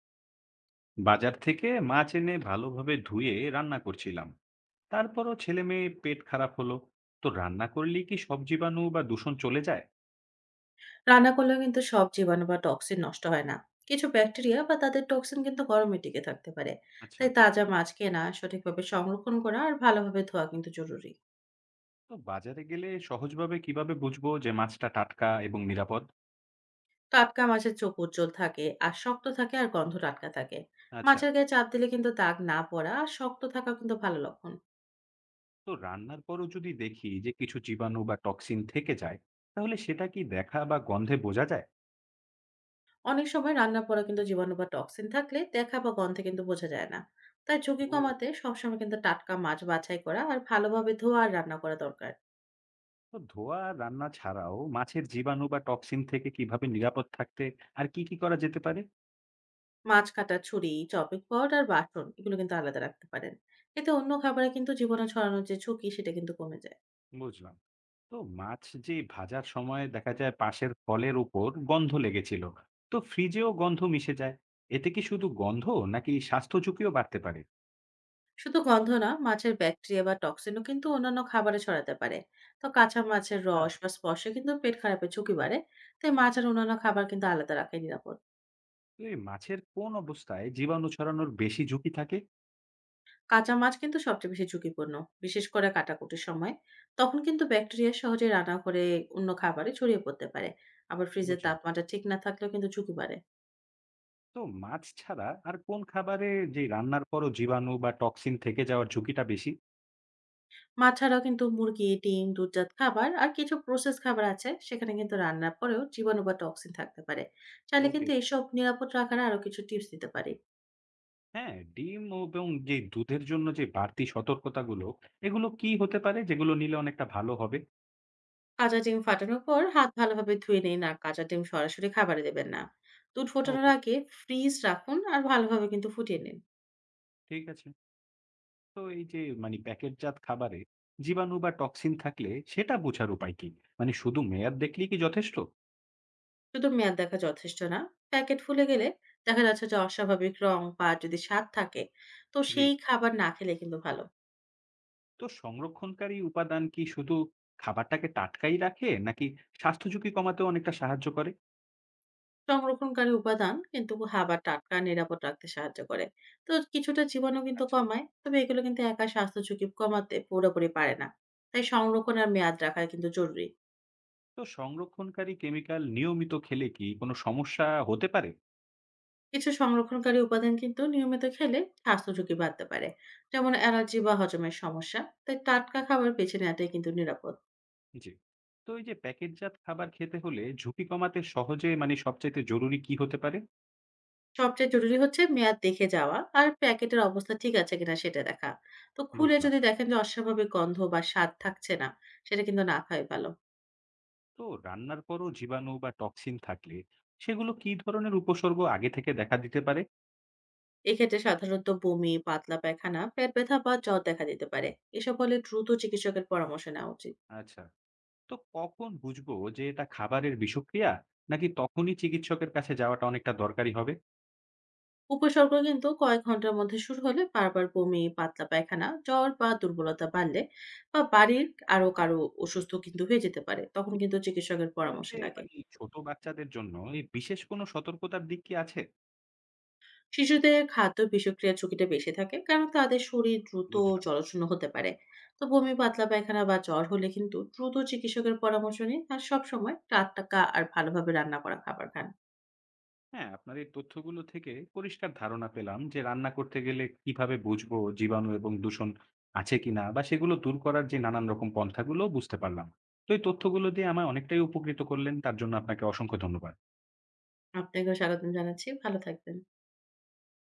বাজার থেকে মাছ এনে ভালোভাবে ধুয়ে রান্না করছিলাম। তারপরও ছেলে মেয়ে পেট খারাপ হলো। তো রান্না করলেই কি সব জীবাণু বা দূষণ চলে যায়? রান্না করলেও কিন্তু সব জীবাণু বা টক্সিন নষ্ট হয় না। কিছু ব্যাকটেরিয়া বা তাদের টক্সিন কিন্তু গরমে টিকে থাকতে পারে। আচ্ছা। তাই তাজা মাছ কেনা, সঠিকভাবে সংরক্ষণ করা আর ভালোভাবে ধোয়া কিন্তু জরুরি। তো বাজারে গেলে সহজভাবে কিভাবে বুঝবো যে মাছটা টাটকা এবং নিরাপদ? টাটকা মাছের চোখ উজ্জ্বল থাকে আর শক্ত থাকে আর গন্ধ টাটকা থাকে। আচ্ছা। মাছের গায়ে চাপ দিলে কিন্তু দাগ না পড়া আর শক্ত থাকা কিন্তু ভালো লক্ষণ। তো রান্নার পরও যদি দেখি যে কিছু জীবাণু বা টক্সিন থেকে যায়, তাহলে সেটা কি দেখা বা গন্ধে বোঝা যায়? অনেক সময় রান্না পড়া কিন্তু জীবাণু বা টক্সিন থাকলে দেখা বা গন্ধে কিন্তু বোঝা যায় না। তাই ঝুঁকি ও। কমাতে সবসময় কিন্তু টাটকা মাছ বাছাই করা আর ভালোভাবে ধোয়া আর রান্না করা দরকার। তো ধোয়া আর রান্না ছাড়াও মাছের জীবাণু বা টক্সিন থেকে কিভাবে নিরাপদ থাকতে আর কি কি করা যেতে পারে? মাছ কাটার ছুরি, চপিং বোর্ড আর বাটন এগুলো কিন্তু আলাদা রাখতে পারেন। এতে অন্য খাবারে কিন্তু জীবাণু ছড়ানোর যে ঝুঁকি সেটা কিন্তু কমে যায়। বুঝলাম। তো মাছ যে ভাজার সময় দেখা যায় পাশের ফলের উপর গন্ধ লেগেছিল, তো ফ্রিজেও গন্ধ মিশে যায়। এতে কি শুধু গন্ধ, নাকি স্বাস্থ্য ঝুঁকিও বাড়তে পারে? শুধু গন্ধ না, মাছের ব্যাকটেরিয়া বা টক্সিনও কিন্তু অন্যান্য খাবারে ছড়াতে পারে। তো কাঁচা মাছের আচ্ছা। রস বা স্পর্শে কিন্তু পেট খারাপের ঝুঁকি বাড়ে। তাই মাছ আর অন্যান্য খাবার কিন্তু আলাদা রাখাই নিরাপদ। তো এই মাছের কোন অবস্থায় জীবাণু ছড়ানোর বেশি ঝুঁকি থাকে? কাঁচা মাছ কিন্তু সবচেয়ে বেশি ঝুঁকিপূর্ণ, বিশেষ করে কাটাকুটির সময়। তখন কিন্তু ব্যাকটেরিয়া সহজে রান্নাঘরে অন্য খাবারে ছড়িয়ে পড়তে পারে। আবার ফ্রিজের বুঝলাম। তাপমাত্রা ঠিক না থাকলেও কিন্তু ঝুঁকি বাড়ে। তো মাছ ছাড়া আর কোন খাবারে যে রান্নার পরও জীবাণু বা টক্সিন থেকে যাওয়ার ঝুঁকিটা বেশি? মাছ ছাড়াও কিন্তু মুরগি, ডিম, দুধজাত খাবার আর কিছু প্রসেস খাবার আছে, সেখানে কিন্তু রান্নার পরেও জীবাণু বা টক্সিন থাকতে পারে। চাইলে ওকে। কিন্তু এসব নিরাপদ রাখার আরো কিছু টিপস দিতে পারি। হ্যাঁ, ডিম এবং যে দুধের জন্য যে বাড়তি সতর্কতাগুলো, এগুলো কি হতে পারে যেগুলো নিলে অনেকটা ভালো হবে? কাঁচা ডিম ফাটানোর পর হাত ভালোভাবে ধুয়ে নিন আর কাঁচা ডিম সরাসরি খাবারে দেবেন না। দুধ ফোটানোর ওকে। আগে ফ্রিজ রাখুন আর ভালোভাবে কিন্তু ফুটিয়ে নিন। ঠিক আছে। তো এই যে প্যাকেটজাত খাবারে জীবাণু বা টক্সিন থাকলে সেটা বোঝার উপায় কি? শুধু মেয়াদ দেখলেই কি যথেষ্ট? শুধু মেয়াদ দেখা যথেষ্ট না। প্যাকেট ফুলে গেলে, দেখা যাচ্ছে যে অস্বাভাবিক রং বা যদি স্বাদ থাকে, তো জি। সেই খাবার না খেলে কিন্তু ভালো। তো সংরক্ষণকারী উপাদান কি শুধু খাবারটাকে টাটকাই রাখে, নাকি স্বাস্থ্য ঝুঁকি কমাতেও অনেকটা সাহায্য করে? সংরক্ষণকারী উপাদান কিন্তু হাবা টাটকা নিরাপদ রাখতে সাহায্য করে, তো কিছুটা জীবাণু কিন্তু আচ্ছা। কমায়। তবে এগুলো কিন্তু একা স্বাস্থ্য ঝুঁকি কমাতে পুরোপুরি পারে না। তাই সংরক্ষণ আর মেয়াদ রাখা কিন্তু জরুরি। তো সংরক্ষণকারী কেমিক্যাল নিয়মিত খেলে কি কোনো সমস্যা হতে পারে? কিছু সংরক্ষণকারী উপাদান কিন্তু নিয়মিত খেলে স্বাস্থ্য ঝুঁকি বাড়তে পারে, যেমন অ্যালার্জি আচ্ছা। বা হজমের সমস্যা। তাই টাটকা খাবার বেছে নেওয়াটাই কিন্তু নিরাপদ। জি। তো এই যে প্যাকেটজাত খাবার খেতে হলে ঝুঁকি কমাতে সহজে সবচাইতে জরুরি কি হতে পারে? সবচেয়ে জরুরি হচ্ছে মেয়াদ দেখে যাওয়া আর প্যাকেটের অবস্থা ঠিক আছে কিনা সেটা দেখা। তো খুলে বুঝলাম। যদি দেখেন যে অস্বাভাবিক গন্ধ বা স্বাদ থাকছে না, সেটা কিন্তু না খাওয়াই ভালো। তো রান্নার পরও জীবাণু বা টক্সিন থাকলে সেগুলো কি ধরনের উপসর্গ আগে থেকে দেখা দিতে পারে? এক্ষেত্রে সাধারণত বমি, পাতলা পায়খানা, পেট ব্যথা বা জ্বর দেখা দিতে পারে। এসব হলে দ্রুত চিকিৎসকের পরামর্শ নেওয়া উচিত। আচ্ছা। তো কখন বুঝবো যে এটা খাবারের বিষক্রিয়া, নাকি তখনই চিকিৎসকের কাছে যাওয়াটা অনেকটা দরকারি হবে? উপসর্গ কিন্তু কয়েক ঘন্টার মধ্যে শুরু হলে, বারবার বমি, পাতলা পায়খানা, জ্বর বা দুর্বলতা বাড়লে, বা বাড়ির আরো কারো অসুস্থ কিন্তু হয়ে যেতে পারে। তখন কিন্তু চিকিৎসকের এই পরামর্শ যে লাগে। ছোট বাচ্চাদের জন্য এই বিশেষ কোনো সতর্কতার দিক কি আছে? শিশুদের খাদ্য বিষক্রিয়ার ঝুঁকিটা বেশি থাকে, কারণ তাদের শরীর দ্রুত বুঝলাম। জলশূন্য হতে পারে। তো বমি, পাতলা পায়খানা বা জ্বর হলে কিন্তু দ্রুত চিকিৎসকের পরামর্শ নিন আর সবসময় টাটকা আর ভালোভাবে রান্না করা খাবার খান। হ্যাঁ, আপনার এই তথ্যগুলো থেকে পরিষ্কার ধারণা পেলাম যে রান্না করতে গেলে কিভাবে বুঝবো জীবাণু এবং দূষণ আছে কিনা বা সেগুলো দূর করার যে নানান রকম পন্থাগুলো বুঝতে পারলাম। তো এই তথ্যগুলো দিয়ে আমায় অনেকটাই উপকৃত করলেন। তার জন্য আপনাকে অসংখ্য ধন্যবাদ। আপনাকেও স্বাগতম জানাচ্ছি। ভালো থাকবেন।